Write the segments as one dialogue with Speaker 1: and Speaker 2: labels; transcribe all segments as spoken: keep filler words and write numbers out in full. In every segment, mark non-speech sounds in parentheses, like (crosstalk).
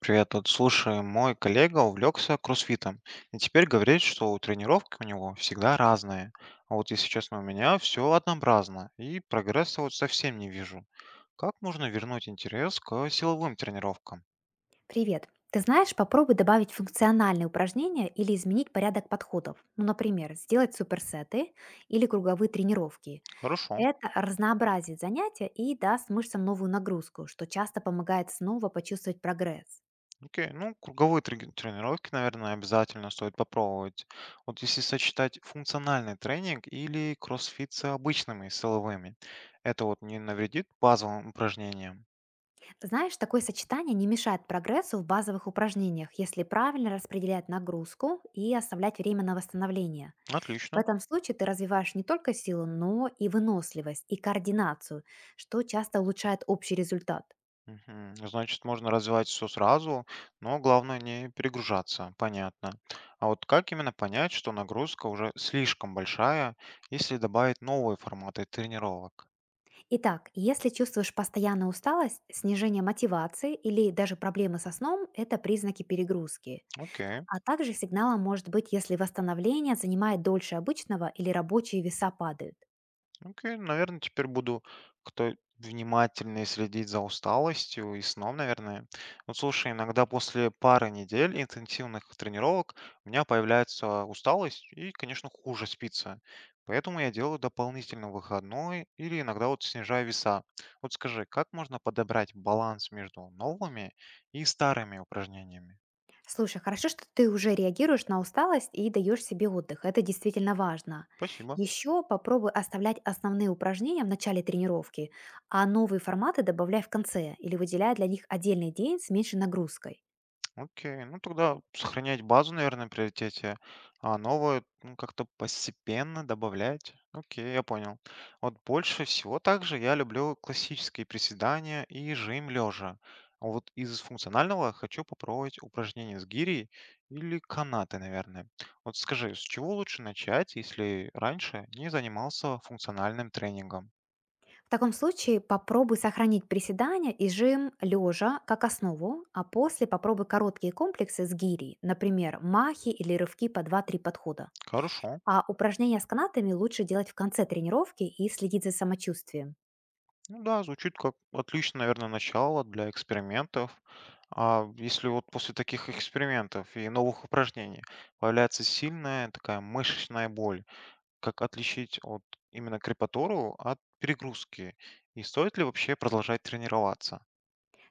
Speaker 1: Привет, вот слушай, мой коллега увлекся кроссфитом, и теперь говорит, что тренировки у него всегда разные. А вот если честно, у меня все однообразно, и прогресса вот совсем не вижу. Как можно вернуть интерес к силовым тренировкам?
Speaker 2: Привет. Ты знаешь, попробуй добавить функциональные упражнения или изменить порядок подходов. Ну, например, сделать суперсеты или круговые тренировки.
Speaker 1: Хорошо.
Speaker 2: Это разнообразит занятия и даст мышцам новую нагрузку, что часто помогает снова почувствовать прогресс.
Speaker 1: Окей, ну, круговые трени- тренировки, наверное, обязательно стоит попробовать. Вот если сочетать функциональный тренинг или кроссфит с обычными силовыми, это вот не навредит базовым упражнениям.
Speaker 2: Знаешь, такое сочетание не мешает прогрессу в базовых упражнениях, если правильно распределять нагрузку и оставлять время на восстановление. В
Speaker 1: Отлично.
Speaker 2: этом случае ты развиваешь не только силу, но и выносливость и координацию, что часто улучшает общий результат.
Speaker 1: Мгм. Значит, можно развивать все сразу, но главное не перегружаться, понятно. А вот как именно понять, что нагрузка уже слишком большая, если добавить новые форматы тренировок?
Speaker 2: Итак, если чувствуешь постоянную усталость, снижение мотивации или даже проблемы со сном — это признаки перегрузки.
Speaker 1: Окей.
Speaker 2: А также сигналом может быть, если восстановление занимает дольше обычного или рабочие веса падают.
Speaker 1: Окей, наверное, теперь буду кто внимательнее следить за усталостью и сном, наверное. Вот слушай, иногда после пары недель интенсивных тренировок у меня появляется усталость и, конечно, хуже спится. Поэтому я делаю дополнительно выходной или иногда вот снижаю веса. Вот скажи, как можно подобрать баланс между новыми и старыми упражнениями?
Speaker 2: Слушай, хорошо, что ты уже реагируешь на усталость и даешь себе отдых. Это действительно важно.
Speaker 1: Спасибо.
Speaker 2: Еще попробуй оставлять основные упражнения в начале тренировки, а новые форматы добавляй в конце или выделяй для них отдельный день с меньшей нагрузкой.
Speaker 1: Окей, ну тогда сохранять базу, наверное, в приоритете, а новое, ну, как-то постепенно добавлять. Окей, я понял. Вот больше всего также я люблю классические приседания и жим лежа. А вот из функционального хочу попробовать упражнения с гирей или канаты, наверное. Вот скажи, с чего лучше начать, если раньше не занимался функциональным тренингом?
Speaker 2: В таком случае попробуй сохранить приседания и жим лежа как основу, а после попробуй короткие комплексы с гири, например, махи или рывки по два-три подхода.
Speaker 1: Хорошо.
Speaker 2: А упражнения с канатами лучше делать в конце тренировки и следить за самочувствием.
Speaker 1: Ну да, звучит как отличное, наверное, начало для экспериментов. А если вот после таких экспериментов и новых упражнений появляется сильная такая мышечная боль, как отличить от именно крепатуру от перегрузки? И стоит ли вообще продолжать тренироваться?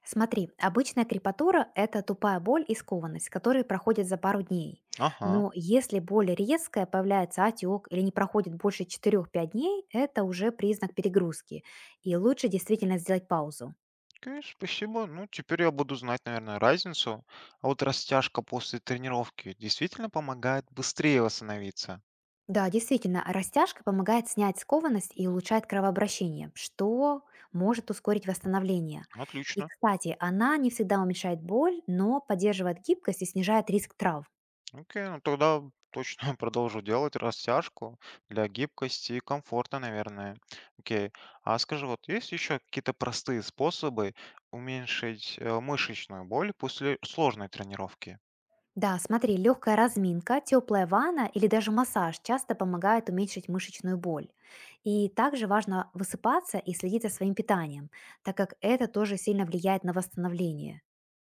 Speaker 2: Смотри, обычная крепатура — это тупая боль и скованность, которые проходят за пару дней.
Speaker 1: Ага.
Speaker 2: Но если боль резкая, появляется отек или не проходит больше четырёх пяти дней, это уже признак перегрузки, и лучше действительно сделать паузу.
Speaker 1: Окей, спасибо. Ну, теперь я буду знать, наверное, разницу. А вот растяжка после тренировки действительно помогает быстрее восстановиться.
Speaker 2: Да, действительно, растяжка помогает снять скованность и улучшает кровообращение, что может ускорить восстановление. И,
Speaker 1: Отлично.
Speaker 2: кстати, она не всегда уменьшает боль, но поддерживает гибкость и снижает риск травм.
Speaker 1: Окей, ну тогда точно (laughs) продолжу делать растяжку для гибкости и комфорта, наверное. Окей. А скажи, вот есть еще какие-то простые способы уменьшить э, мышечную боль после сложной тренировки?
Speaker 2: Да, смотри, легкая разминка, теплая ванна или даже массаж часто помогают уменьшить мышечную боль. И также важно высыпаться и следить за своим питанием, так как это тоже сильно влияет на восстановление.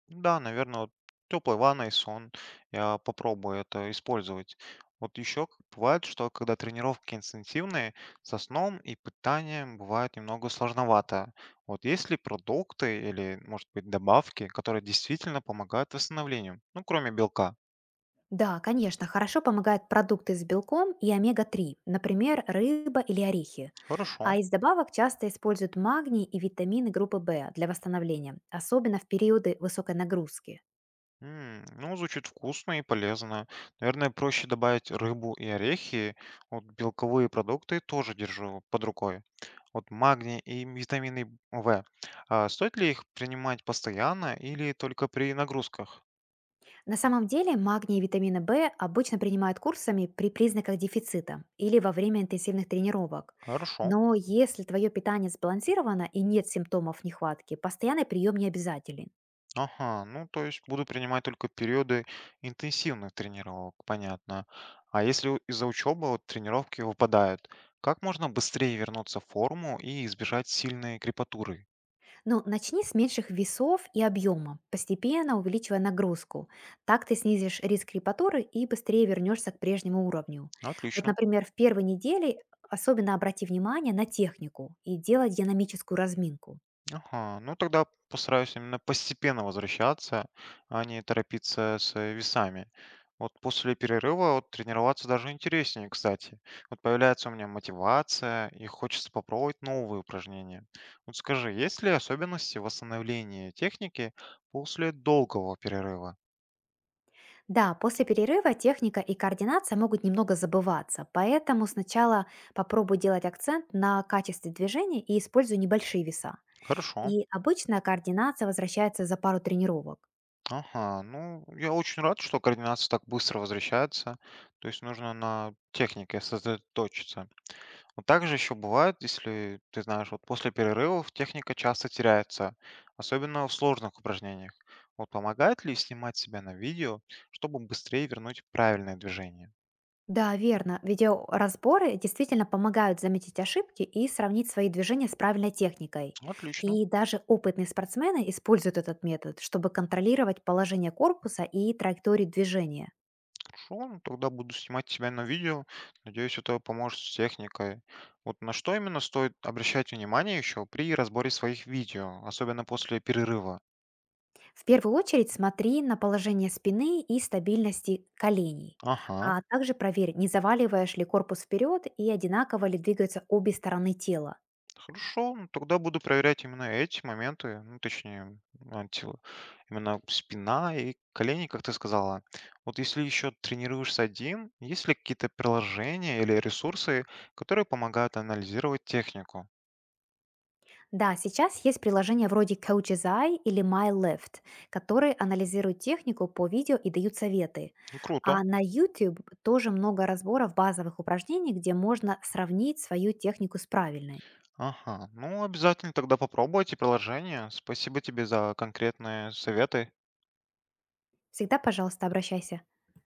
Speaker 1: Да, наверное, вот теплой ванной сон. Я попробую это использовать. Вот еще бывает, что когда тренировки интенсивные, со сном и питанием бывает немного сложновато. Вот есть ли продукты или, может быть, добавки, которые действительно помогают восстановлению? Ну, кроме белка.
Speaker 2: Да, конечно, хорошо помогают продукты с белком и омега-три, например, рыба или орехи.
Speaker 1: Хорошо.
Speaker 2: А из добавок часто используют магний и витамины группы В для восстановления, особенно в периоды высокой нагрузки.
Speaker 1: М, ну, звучит вкусно и полезно. Наверное, проще добавить рыбу и орехи. Вот белковые продукты тоже держу под рукой. Вот магний и витамины вэ. А стоит ли их принимать постоянно или только при нагрузках?
Speaker 2: На самом деле магний и витамины В обычно принимают курсами при признаках дефицита или во время интенсивных тренировок.
Speaker 1: Хорошо.
Speaker 2: Но если твое питание сбалансировано и нет симптомов нехватки, постоянный прием не обязателен.
Speaker 1: Ага, ну то есть буду принимать только периоды интенсивных тренировок, понятно. А если у- из-за учебы вот, тренировки выпадают, как можно быстрее вернуться в форму и избежать сильной крепатуры?
Speaker 2: Ну, начни с меньших весов и объема, постепенно увеличивая нагрузку. Так ты снизишь риск репатуры и быстрее вернешься к прежнему уровню. Вот,
Speaker 1: Отлично.
Speaker 2: например, в первой неделе особенно обрати внимание на технику и делай динамическую разминку.
Speaker 1: Ага, ну тогда постараюсь именно постепенно возвращаться, а не торопиться с э, весами. Вот после перерыва вот, тренироваться даже интереснее, кстати. Вот появляется у меня мотивация, и хочется попробовать новые упражнения. Вот скажи, есть ли особенности восстановления техники после долгого перерыва?
Speaker 2: Да, после перерыва техника и координация могут немного забываться, поэтому сначала попробуй делать акцент на качестве движения и используй небольшие веса.
Speaker 1: Хорошо.
Speaker 2: И обычная координация возвращается за пару тренировок.
Speaker 1: Ага, ну я очень рад, что координация так быстро возвращается. То есть нужно на технике сосредоточиться. Но также еще бывает, если ты знаешь, вот после перерывов техника часто теряется, особенно в сложных упражнениях. Вот помогает ли снимать себя на видео, чтобы быстрее вернуть правильное движение?
Speaker 2: Да, верно. Видеоразборы действительно помогают заметить ошибки и сравнить свои движения с правильной техникой.
Speaker 1: Ну, отлично,
Speaker 2: И даже опытные спортсмены используют этот метод, чтобы контролировать положение корпуса и траекторию движения.
Speaker 1: хорошо, ну, тогда буду снимать себя на видео. Надеюсь, это поможет с техникой. Вот на что именно стоит обращать внимание еще при разборе своих видео, особенно после перерыва?
Speaker 2: В первую очередь смотри на положение спины и стабильности коленей.
Speaker 1: Ага.
Speaker 2: А также проверь, не заваливаешь ли корпус вперед и одинаково ли двигаются обе стороны тела.
Speaker 1: Хорошо, ну, тогда буду проверять именно эти моменты, ну, точнее, а, тело, именно спина и колени, как ты сказала. Вот если еще тренируешься один, есть ли какие-то приложения или ресурсы, которые помогают анализировать технику?
Speaker 2: Да, сейчас есть приложения вроде Coach's Eye или My Left, которые анализируют технику по видео и дают советы.
Speaker 1: Ну, круто.
Speaker 2: А на YouTube тоже много разборов базовых упражнений, где можно сравнить свою технику с правильной.
Speaker 1: Ага, ну обязательно тогда попробуйте приложение. Спасибо тебе за конкретные советы.
Speaker 2: Всегда, пожалуйста, обращайся.